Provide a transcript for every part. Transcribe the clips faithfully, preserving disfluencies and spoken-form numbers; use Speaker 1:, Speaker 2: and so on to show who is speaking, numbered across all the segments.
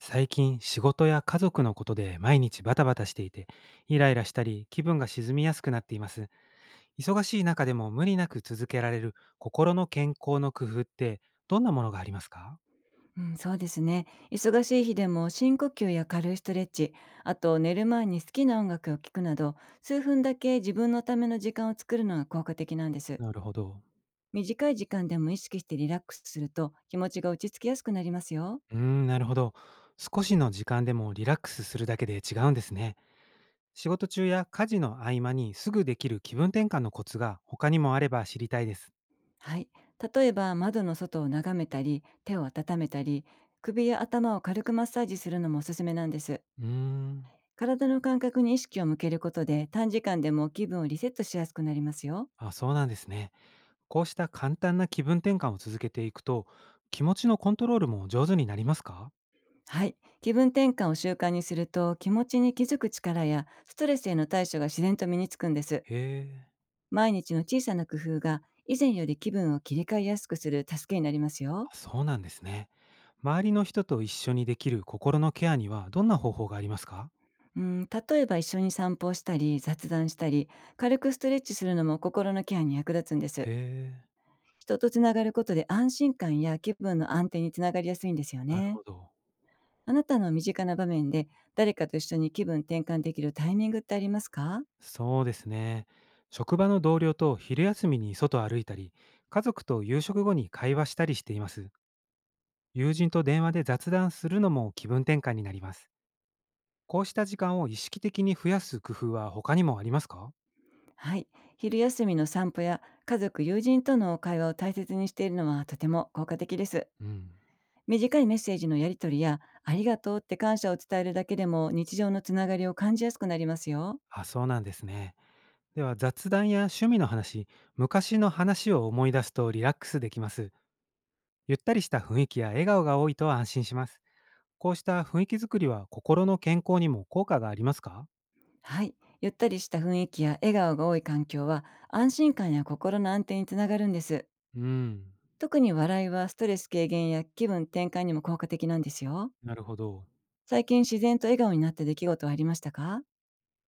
Speaker 1: 最近仕事や家族のことで毎日バタバタしていて、イライラしたり気分が沈みやすくなっています。忙しい中でも無理なく続けられる心の健康の工夫って、どんなものがありますか？
Speaker 2: うん、そうですね。忙しい日でも深呼吸や軽いストレッチ、あと寝る前に好きな音楽を聴くなど、数分だけ自分のための時間を作るのが効果的なんです。
Speaker 1: なるほど。
Speaker 2: 短い時間でも意識してリラックスすると気持ちが落ち着きやすくなりますよ。
Speaker 1: うーん、なるほど。少しの時間でもリラックスするだけで違うんですね。仕事中や家事の合間にすぐできる気分転換のコツが他にもあれば知りたいです。
Speaker 2: はい。例えば窓の外を眺めたり、手を温めたり、首や頭を軽くマッサージするのもおすすめなんです。
Speaker 1: うーん。
Speaker 2: 体の感覚に意識を向けることで短時間でも気分をリセットしやすくなりますよ。
Speaker 1: あ、そうなんですね。こうした簡単な気分転換を続けていくと、気持ちのコントロールも上手になりますか？
Speaker 2: はい。気分転換を習慣にすると気持ちに気づく力やストレスへの対処が自然と身につくんです。
Speaker 1: へえ。
Speaker 2: 毎日の小さな工夫が、以前より気分を切り替えやすくする助けになりますよ。
Speaker 1: あ、そうなんですね。周りの人と一緒にできる心のケアにはどんな方法がありますか？
Speaker 2: うん、例えば一緒に散歩をしたり、雑談したり、軽くストレッチするのも心のケアに役立つんで
Speaker 1: へ
Speaker 2: す。
Speaker 1: え。
Speaker 2: 人とつながることで、安心感や気分の安定につながりやすいんですよ
Speaker 1: なる
Speaker 2: ね。
Speaker 1: ほど。
Speaker 2: あなたの身近な場面で、誰かと一緒に気分転換できるタイミングってありますか？
Speaker 1: そうですね。職場の同僚と昼休みに外を歩いたり、家族と夕食後に会話したりしています。友人と電話で雑談するのも気分転換になります。こうした時間を意識的に増やす工夫は他にもありますか？
Speaker 2: はい。昼休みの散歩や家族、友人との会話を大切にしているのは、とても効果的です。
Speaker 1: うん。
Speaker 2: 短いメッセージのやり取りや、ありがとうって感謝を伝えるだけでも、日常のつながりを感じやすくなりますよ。
Speaker 1: あ、そうなんですね。では、雑談や趣味の話、昔の話を思い出すとリラックスできます。ゆったりした雰囲気や笑顔が多いと安心します。こうした雰囲気づくりは心の健康にも効果がありますか？
Speaker 2: はい。ゆったりした雰囲気や笑顔が多い環境は、安心感や心の安定につながるんです。
Speaker 1: うん、
Speaker 2: 特に笑いは、ストレス軽減や気分転換にも効果的なんですよ。
Speaker 1: なるほど。
Speaker 2: 最近自然と笑顔になった出来事はありましたか？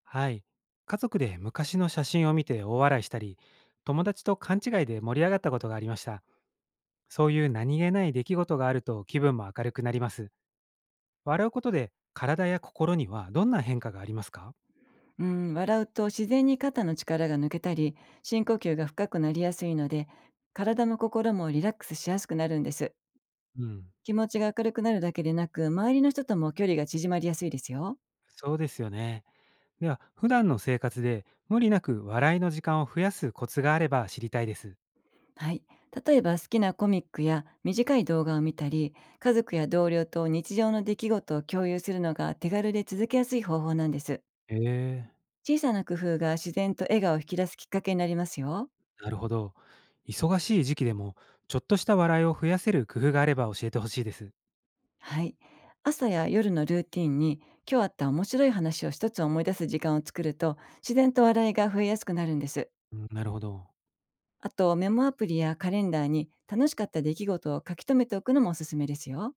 Speaker 1: はい。家族で昔の写真を見て大笑いしたり、友達と勘違いで盛り上がったことがありました。そういう何気ない出来事があると気分も明るくなります。笑うことで体や心にはどんな変化がありますか？
Speaker 2: うん、笑うと自然に肩の力が抜けたり、深呼吸が深くなりやすいので、体も心もリラックスしやすくなるんです。
Speaker 1: うん。
Speaker 2: 気持ちが明るくなるだけでなく、周りの人とも距離が縮まりやすいですよ。
Speaker 1: そうですよね。では、普段の生活で無理なく笑いの時間を増やすコツがあれば知りたいです。
Speaker 2: はい。例えば好きなコミックや短い動画を見たり、家族や同僚と日常の出来事を共有するのが、手軽で続けやすい方法なんです。
Speaker 1: へえ。
Speaker 2: 小さな工夫が自然と笑顔を引き出すきっかけになりますよ。
Speaker 1: なるほど。忙しい時期でも、ちょっとした笑いを増やせる工夫があれば教えてほしいです。
Speaker 2: はい。朝や夜のルーティンに、今日あった面白い話を一つ思い出す時間を作ると、自然と笑いが増えやすくなるんです。
Speaker 1: うん、なるほど。
Speaker 2: あと、メモアプリやカレンダーに楽しかった出来事を書き留めておくのもおすすめですよ。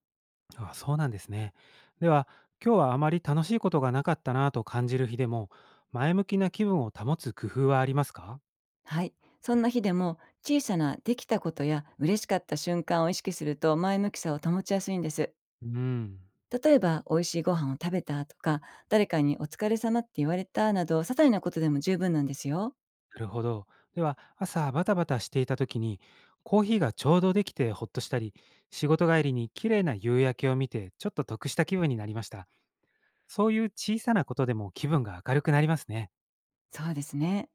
Speaker 1: あ、そうなんですね。では、今日はあまり楽しいことがなかったなぁと感じる日でも、前向きな気分を保つ工夫はありますか？
Speaker 2: はい。そんな日でも、小さなできたことや嬉しかった瞬間を意識すると、前向きさを保ちやすいんです。
Speaker 1: うん。
Speaker 2: 例えば美味しいご飯を食べたとか、誰かにお疲れ様って言われたなど、些細なことでも十分なんですよ。
Speaker 1: なるほど。では、朝バタバタしていた時に、コーヒーがちょうどできてほっとしたり、仕事帰りに綺麗な夕焼けを見て、ちょっと得した気分になりました。そういう小さなことでも気分が明るくなりますね。
Speaker 2: そうですね。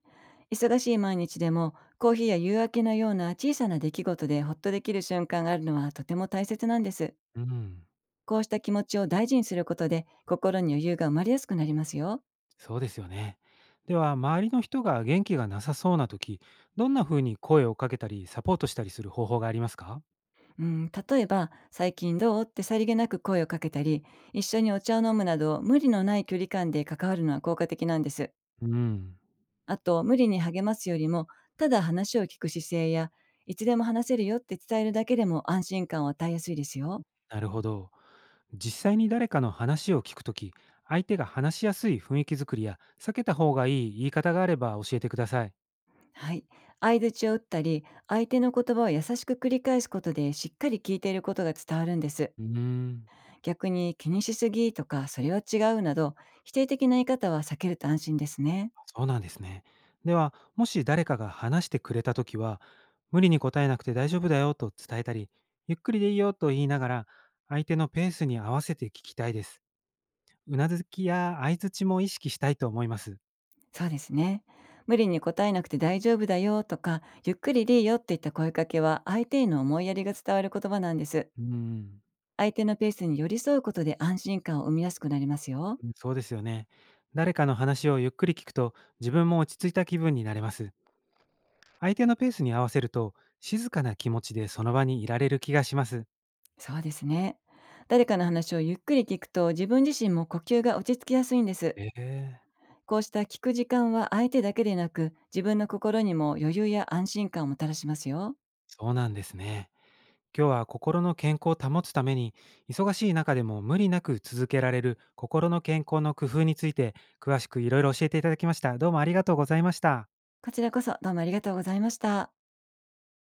Speaker 2: 忙しい毎日でも、コーヒーや夕明けのような小さな出来事でほっとできる瞬間があるのは、とても大切なんです。
Speaker 1: うん、
Speaker 2: こうした気持ちを大事にすることで、心に余裕が生まれやすくなりますよ。
Speaker 1: そうですよね。では、周りの人が元気がなさそうな時、どんな風に声をかけたり、サポートしたりする方法がありますか？
Speaker 2: うん、例えば「最近どう?」ってさりげなく声をかけたり、一緒にお茶を飲むなど、無理のない距離感で関わるのは効果的なんです。
Speaker 1: うん、
Speaker 2: あと、無理に励ますよりも、ただ話を聞く姿勢や、いつでも話せるよって伝えるだけでも、安心感を与えやすいですよ。
Speaker 1: なるほど。実際に誰かの話を聞くとき、相手が話しやすい雰囲気作りや、避けた方がいい言い方があれば教えてください。
Speaker 2: はい。相槌を打ったり、相手の言葉を優しく繰り返すことで、しっかり聞いていることが伝わるんです。
Speaker 1: うーん。
Speaker 2: 逆に、気にしすぎとか、それは違うなど、否定的な言い方は避けると安心ですね。
Speaker 1: そうなんですね。では、もし誰かが話してくれたときは、無理に答えなくて大丈夫だよと伝えたり、ゆっくりでいいよと言いながら、相手のペースに合わせて聞きたいです。うなずきや相づちも意識したいと思います。
Speaker 2: そうですね。無理に答えなくて大丈夫だよとか、ゆっくりでいいよっていった声かけは、相手への思いやりが伝わる言葉なんです。
Speaker 1: うーん。
Speaker 2: 相手のペースに寄り添うことで、安心感を生みやすくなりますよ。
Speaker 1: うん、そうですよね。誰かの話をゆっくり聞くと、自分も落ち着いた気分になれます。相手のペースに合わせると、静かな気持ちでその場にいられる気がします。
Speaker 2: そうですね。誰かの話をゆっくり聞くと、自分自身も呼吸が落ち着きやすいんです。
Speaker 1: ええ。
Speaker 2: こうした聞く時間は、相手だけでなく、自分の心にも余裕や安心感をもたらしますよ。
Speaker 1: そうなんですね。今日は心の健康を保つために、忙しい中でも無理なく続けられる心の健康の工夫について、詳しくいろいろ教えていただきました。どうもありがとうございました。
Speaker 2: こちらこそ、どうもありがとうございました。